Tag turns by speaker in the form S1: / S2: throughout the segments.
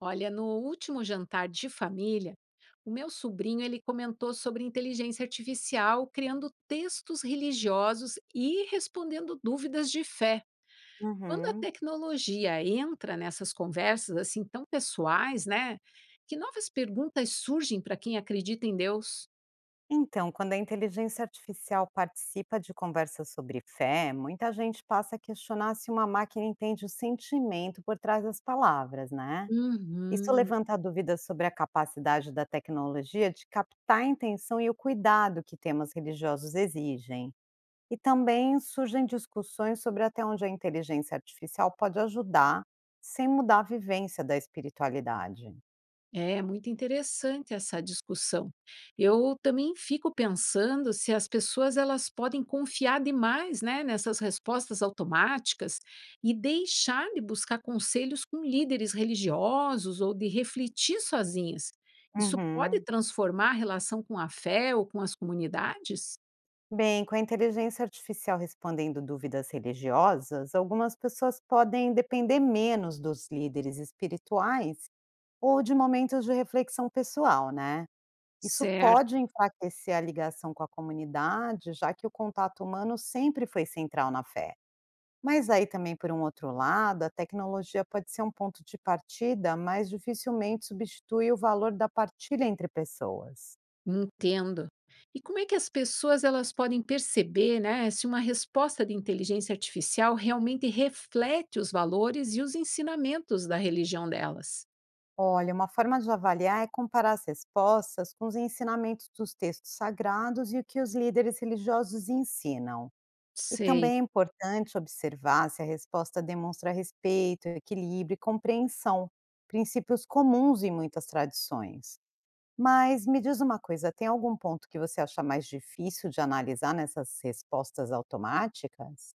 S1: Olha, no último jantar de família, o meu sobrinho ele comentou sobre inteligência artificial, criando textos religiosos e respondendo dúvidas de fé. Quando a
S2: Uhum.
S1: tecnologia entra nessas conversas assim tão pessoais, né? Que novas perguntas surgem para quem acredita em Deus?
S2: Então, quando a inteligência artificial participa de conversas sobre fé, muita gente passa a questionar se uma máquina entende o sentimento por trás das palavras, né? Isso
S1: Uhum.
S2: levanta dúvidas sobre a capacidade da tecnologia de captar a intenção e o cuidado que temas religiosos exigem. E também surgem discussões sobre até onde a inteligência artificial pode ajudar sem mudar a vivência da espiritualidade.
S1: É muito interessante essa discussão. Eu também fico pensando se as pessoas elas podem confiar demais, né, nessas respostas automáticas e deixar de buscar conselhos com líderes religiosos ou de refletir sozinhas. Isso pode
S2: Uhum.
S1: transformar a relação com a fé ou com as comunidades?
S2: Bem, com a inteligência artificial respondendo dúvidas religiosas, algumas pessoas podem depender menos dos líderes espirituais ou de momentos de reflexão pessoal, né? Isso pode
S1: Certo.
S2: enfraquecer a ligação com a comunidade, já que o contato humano sempre foi central na fé. Mas aí também, por um outro lado, a tecnologia pode ser um ponto de partida, mas dificilmente substitui o valor da partilha entre pessoas.
S1: Entendo. E como é que as pessoas elas podem perceber, né, se uma resposta de inteligência artificial realmente reflete os valores e os ensinamentos da religião delas?
S2: Olha, uma forma de avaliar é comparar as respostas com os ensinamentos dos textos sagrados e o que os líderes religiosos ensinam. E
S1: Sei.
S2: também é importante observar se a resposta demonstra respeito, equilíbrio e compreensão, princípios comuns em muitas tradições. Mas me diz uma coisa, tem algum ponto que você acha mais difícil de analisar nessas respostas automáticas?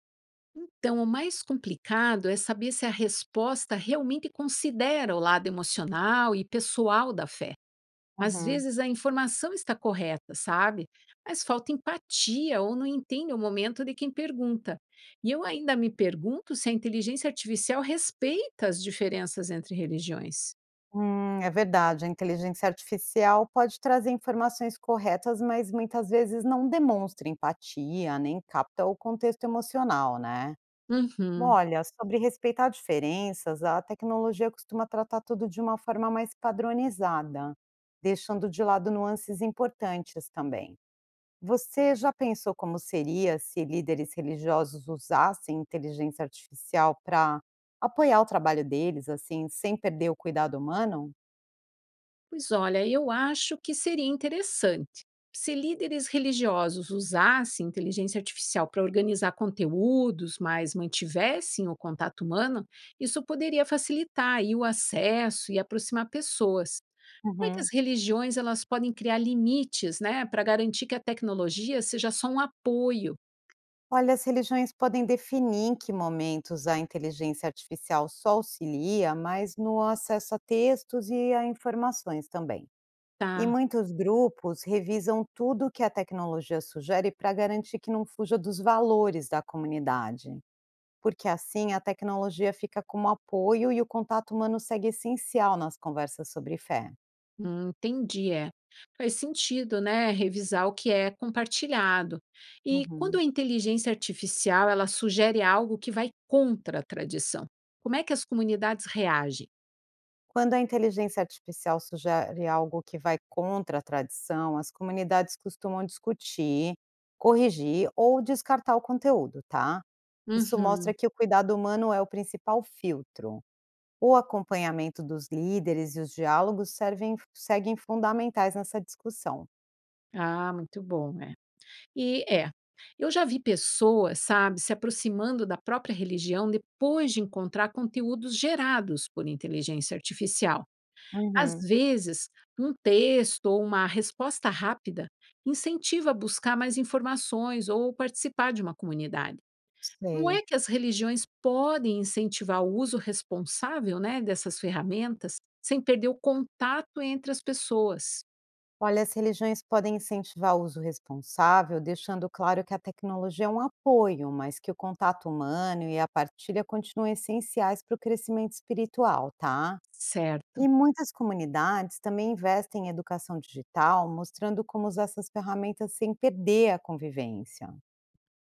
S1: Então, o mais complicado é saber se a resposta realmente considera o lado emocional e pessoal da fé. Às
S2: Uhum.
S1: vezes a informação está correta, sabe? Mas falta empatia ou não entende o momento de quem pergunta. E eu ainda me pergunto se a inteligência artificial respeita as diferenças entre religiões.
S2: É verdade, a inteligência artificial pode trazer informações corretas, mas muitas vezes não demonstra empatia, nem capta o contexto emocional, né?
S1: Uhum.
S2: Olha, sobre respeitar diferenças, a tecnologia costuma tratar tudo de uma forma mais padronizada, deixando de lado nuances importantes também. Você já pensou como seria se líderes religiosos usassem inteligência artificial para apoiar o trabalho deles, assim, sem perder o cuidado humano?
S1: Pois olha, eu acho que seria interessante se líderes religiosos usassem inteligência artificial para organizar conteúdos, mas mantivessem o contato humano, isso poderia facilitar aí o acesso e aproximar pessoas. Como é que
S2: Uhum.
S1: as religiões elas podem criar limites, né, para garantir que a tecnologia seja só um apoio?
S2: Olha, as religiões podem definir em que momentos a inteligência artificial só auxilia, mas no acesso a textos e a informações também. E
S1: Tá,
S2: muitos grupos revisam tudo que a tecnologia sugere para garantir que não fuja dos valores da comunidade, porque assim a tecnologia fica como apoio e o contato humano segue essencial nas conversas sobre fé.
S1: entendi, é. Faz sentido, né, revisar o que é compartilhado. E quando
S2: Uhum.
S1: a inteligência artificial ela sugere algo que vai contra a tradição, como é que as comunidades reagem?
S2: Quando a inteligência artificial sugere algo que vai contra a tradição, as comunidades costumam discutir, corrigir ou descartar o conteúdo, tá? Isso
S1: Uhum.
S2: mostra que o cuidado humano é o principal filtro. O acompanhamento dos líderes e os diálogos servem, seguem fundamentais nessa discussão.
S1: Ah, muito bom, é. E é, eu já vi pessoas, sabe, se aproximando da própria religião depois de encontrar conteúdos gerados por inteligência artificial. Às
S2: Uhum,
S1: vezes, um texto ou uma resposta rápida incentiva a buscar mais informações ou participar de uma comunidade. Como
S2: sei.
S1: é que as religiões podem incentivar o uso responsável, né, dessas ferramentas sem perder o contato entre as pessoas?
S2: Olha, as religiões podem incentivar o uso responsável, deixando claro que a tecnologia é um apoio, mas que o contato humano e a partilha continuam essenciais para o crescimento espiritual, tá?
S1: Certo.
S2: E muitas comunidades também investem em educação digital, mostrando como usar essas ferramentas sem perder a convivência.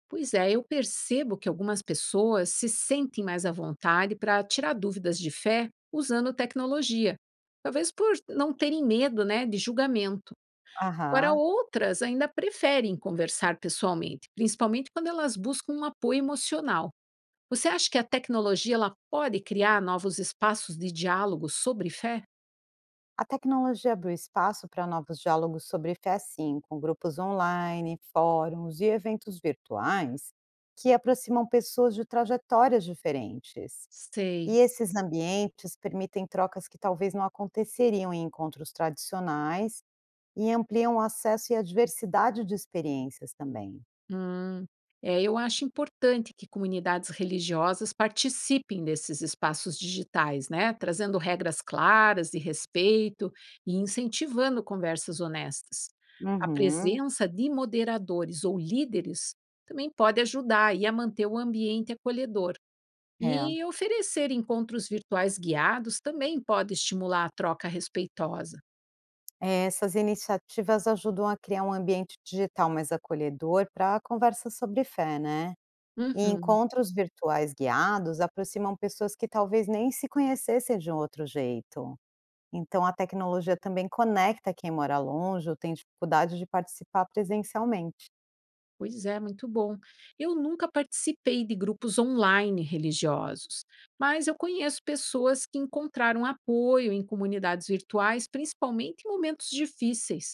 S1: Pois é, eu percebo que algumas pessoas se sentem mais à vontade para tirar dúvidas de fé usando tecnologia, talvez por não terem medo, né, de julgamento. Agora,
S2: Aham.
S1: outras ainda preferem conversar pessoalmente, principalmente quando elas buscam um apoio emocional. Você acha que a tecnologia ela pode criar novos espaços de diálogo sobre fé?
S2: A tecnologia abriu espaço para novos diálogos sobre fé sim, com grupos online, fóruns e eventos virtuais que aproximam pessoas de trajetórias diferentes.
S1: Sei.
S2: E esses ambientes permitem trocas que talvez não aconteceriam em encontros tradicionais e ampliam o acesso e a diversidade de experiências também.
S1: Hum. É, eu acho importante que comunidades religiosas participem desses espaços digitais, né, trazendo regras claras de respeito e incentivando conversas honestas. A
S2: Uhum,
S1: presença de moderadores ou líderes também pode ajudar aí a manter o ambiente acolhedor.
S2: é.
S1: E oferecer encontros virtuais guiados também pode estimular a troca respeitosa.
S2: É, essas iniciativas ajudam a criar um ambiente digital mais acolhedor para a conversa sobre fé, né? E
S1: Uhum.
S2: encontros virtuais guiados aproximam pessoas que talvez nem se conhecessem de um outro jeito. Então, a tecnologia também conecta quem mora longe ou tem dificuldade de participar presencialmente.
S1: Pois é, muito bom. Eu nunca participei de grupos online religiosos, mas eu conheço pessoas que encontraram apoio em comunidades virtuais, principalmente em momentos difíceis.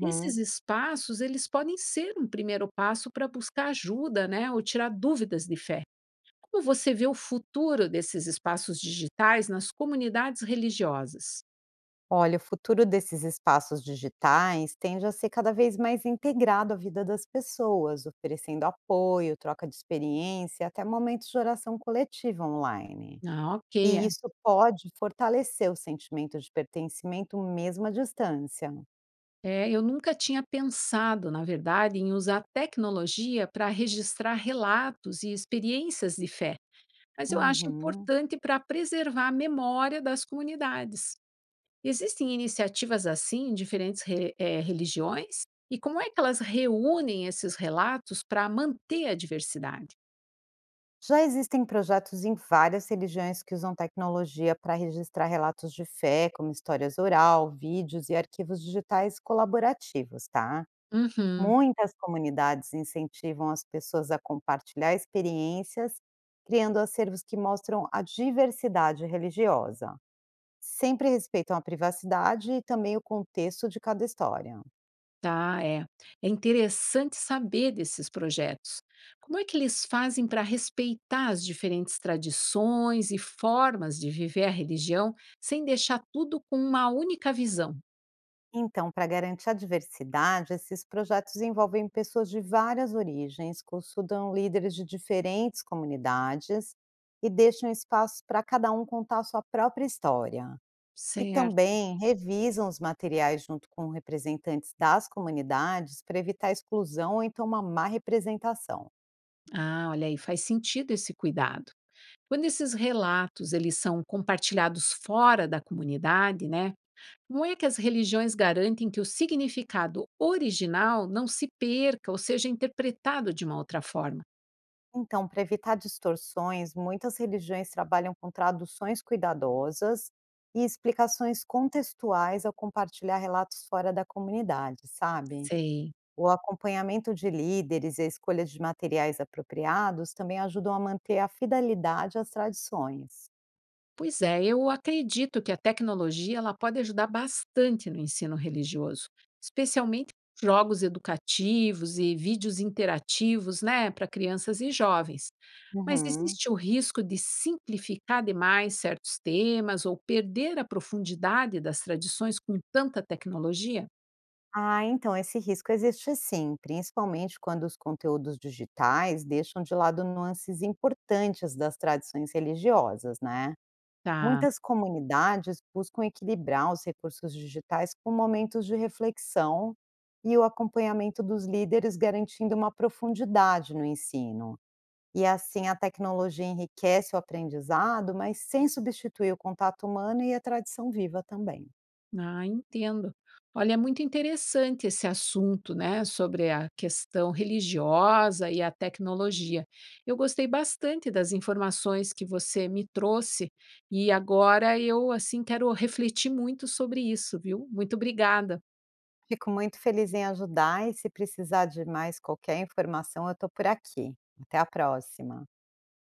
S1: Esses espaços, eles podem ser um primeiro passo para buscar ajuda, né, ou tirar dúvidas de fé. Como você vê o futuro desses espaços digitais nas comunidades religiosas?
S2: Olha, o futuro desses espaços digitais tende a ser cada vez mais integrado à vida das pessoas, oferecendo apoio, troca de experiência, até momentos de oração coletiva online.
S1: Ah, ok.
S2: E isso pode fortalecer o sentimento de pertencimento mesmo à distância.
S1: É, eu nunca tinha pensado, na verdade, em usar tecnologia para registrar relatos e experiências de fé, mas eu acho
S2: Uhum.
S1: importante para preservar a memória das comunidades. Existem iniciativas assim em diferentes religiões? E como é que elas reúnem esses relatos para manter a diversidade?
S2: Já existem projetos em várias religiões que usam tecnologia para registrar relatos de fé, como histórias oral, vídeos e arquivos digitais colaborativos, tá?
S1: Uhum.
S2: Muitas comunidades incentivam as pessoas a compartilhar experiências, criando acervos que mostram a diversidade religiosa. Sempre respeitam a privacidade e também o contexto de cada história.
S1: Tá, é. É interessante saber desses projetos. Como é que eles fazem para respeitar as diferentes tradições e formas de viver a religião sem deixar tudo com uma única visão?
S2: Então, para garantir a diversidade, esses projetos envolvem pessoas de várias origens, consultam líderes de diferentes comunidades e deixam espaço para cada um contar a sua própria história. E
S1: Certo.
S2: também revisam os materiais junto com representantes das comunidades para evitar exclusão ou então uma má representação.
S1: Ah, olha aí, faz sentido esse cuidado. Quando esses relatos eles são compartilhados fora da comunidade, né? Como é que as religiões garantem que o significado original não se perca ou seja interpretado de uma outra forma?
S2: Então, para evitar distorções, muitas religiões trabalham com traduções cuidadosas e explicações contextuais ao compartilhar relatos fora da comunidade, sabe?
S1: Sei.
S2: O acompanhamento de líderes e a escolha de materiais apropriados também ajudam a manter a fidelidade às tradições.
S1: Pois é, eu acredito que a tecnologia ela pode ajudar bastante no ensino religioso, especialmente com jogos educativos e vídeos interativos, né, para crianças e jovens. Mas
S2: Uhum.
S1: existe o risco de simplificar demais certos temas ou perder a profundidade das tradições com tanta tecnologia?
S2: Ah, então esse risco existe sim, principalmente quando os conteúdos digitais deixam de lado nuances importantes das tradições religiosas, né?
S1: Tá.
S2: Muitas comunidades buscam equilibrar os recursos digitais com momentos de reflexão e o acompanhamento dos líderes, garantindo uma profundidade no ensino. E assim a tecnologia enriquece o aprendizado, mas sem substituir o contato humano e a tradição viva também.
S1: Ah, entendo. Olha, é muito interessante esse assunto, né, sobre a questão religiosa e a tecnologia. Eu gostei bastante das informações que você me trouxe e agora eu assim quero refletir muito sobre isso, viu? Muito obrigada.
S2: Fico muito feliz em ajudar e se precisar de mais qualquer informação, eu estou por aqui. Até a próxima.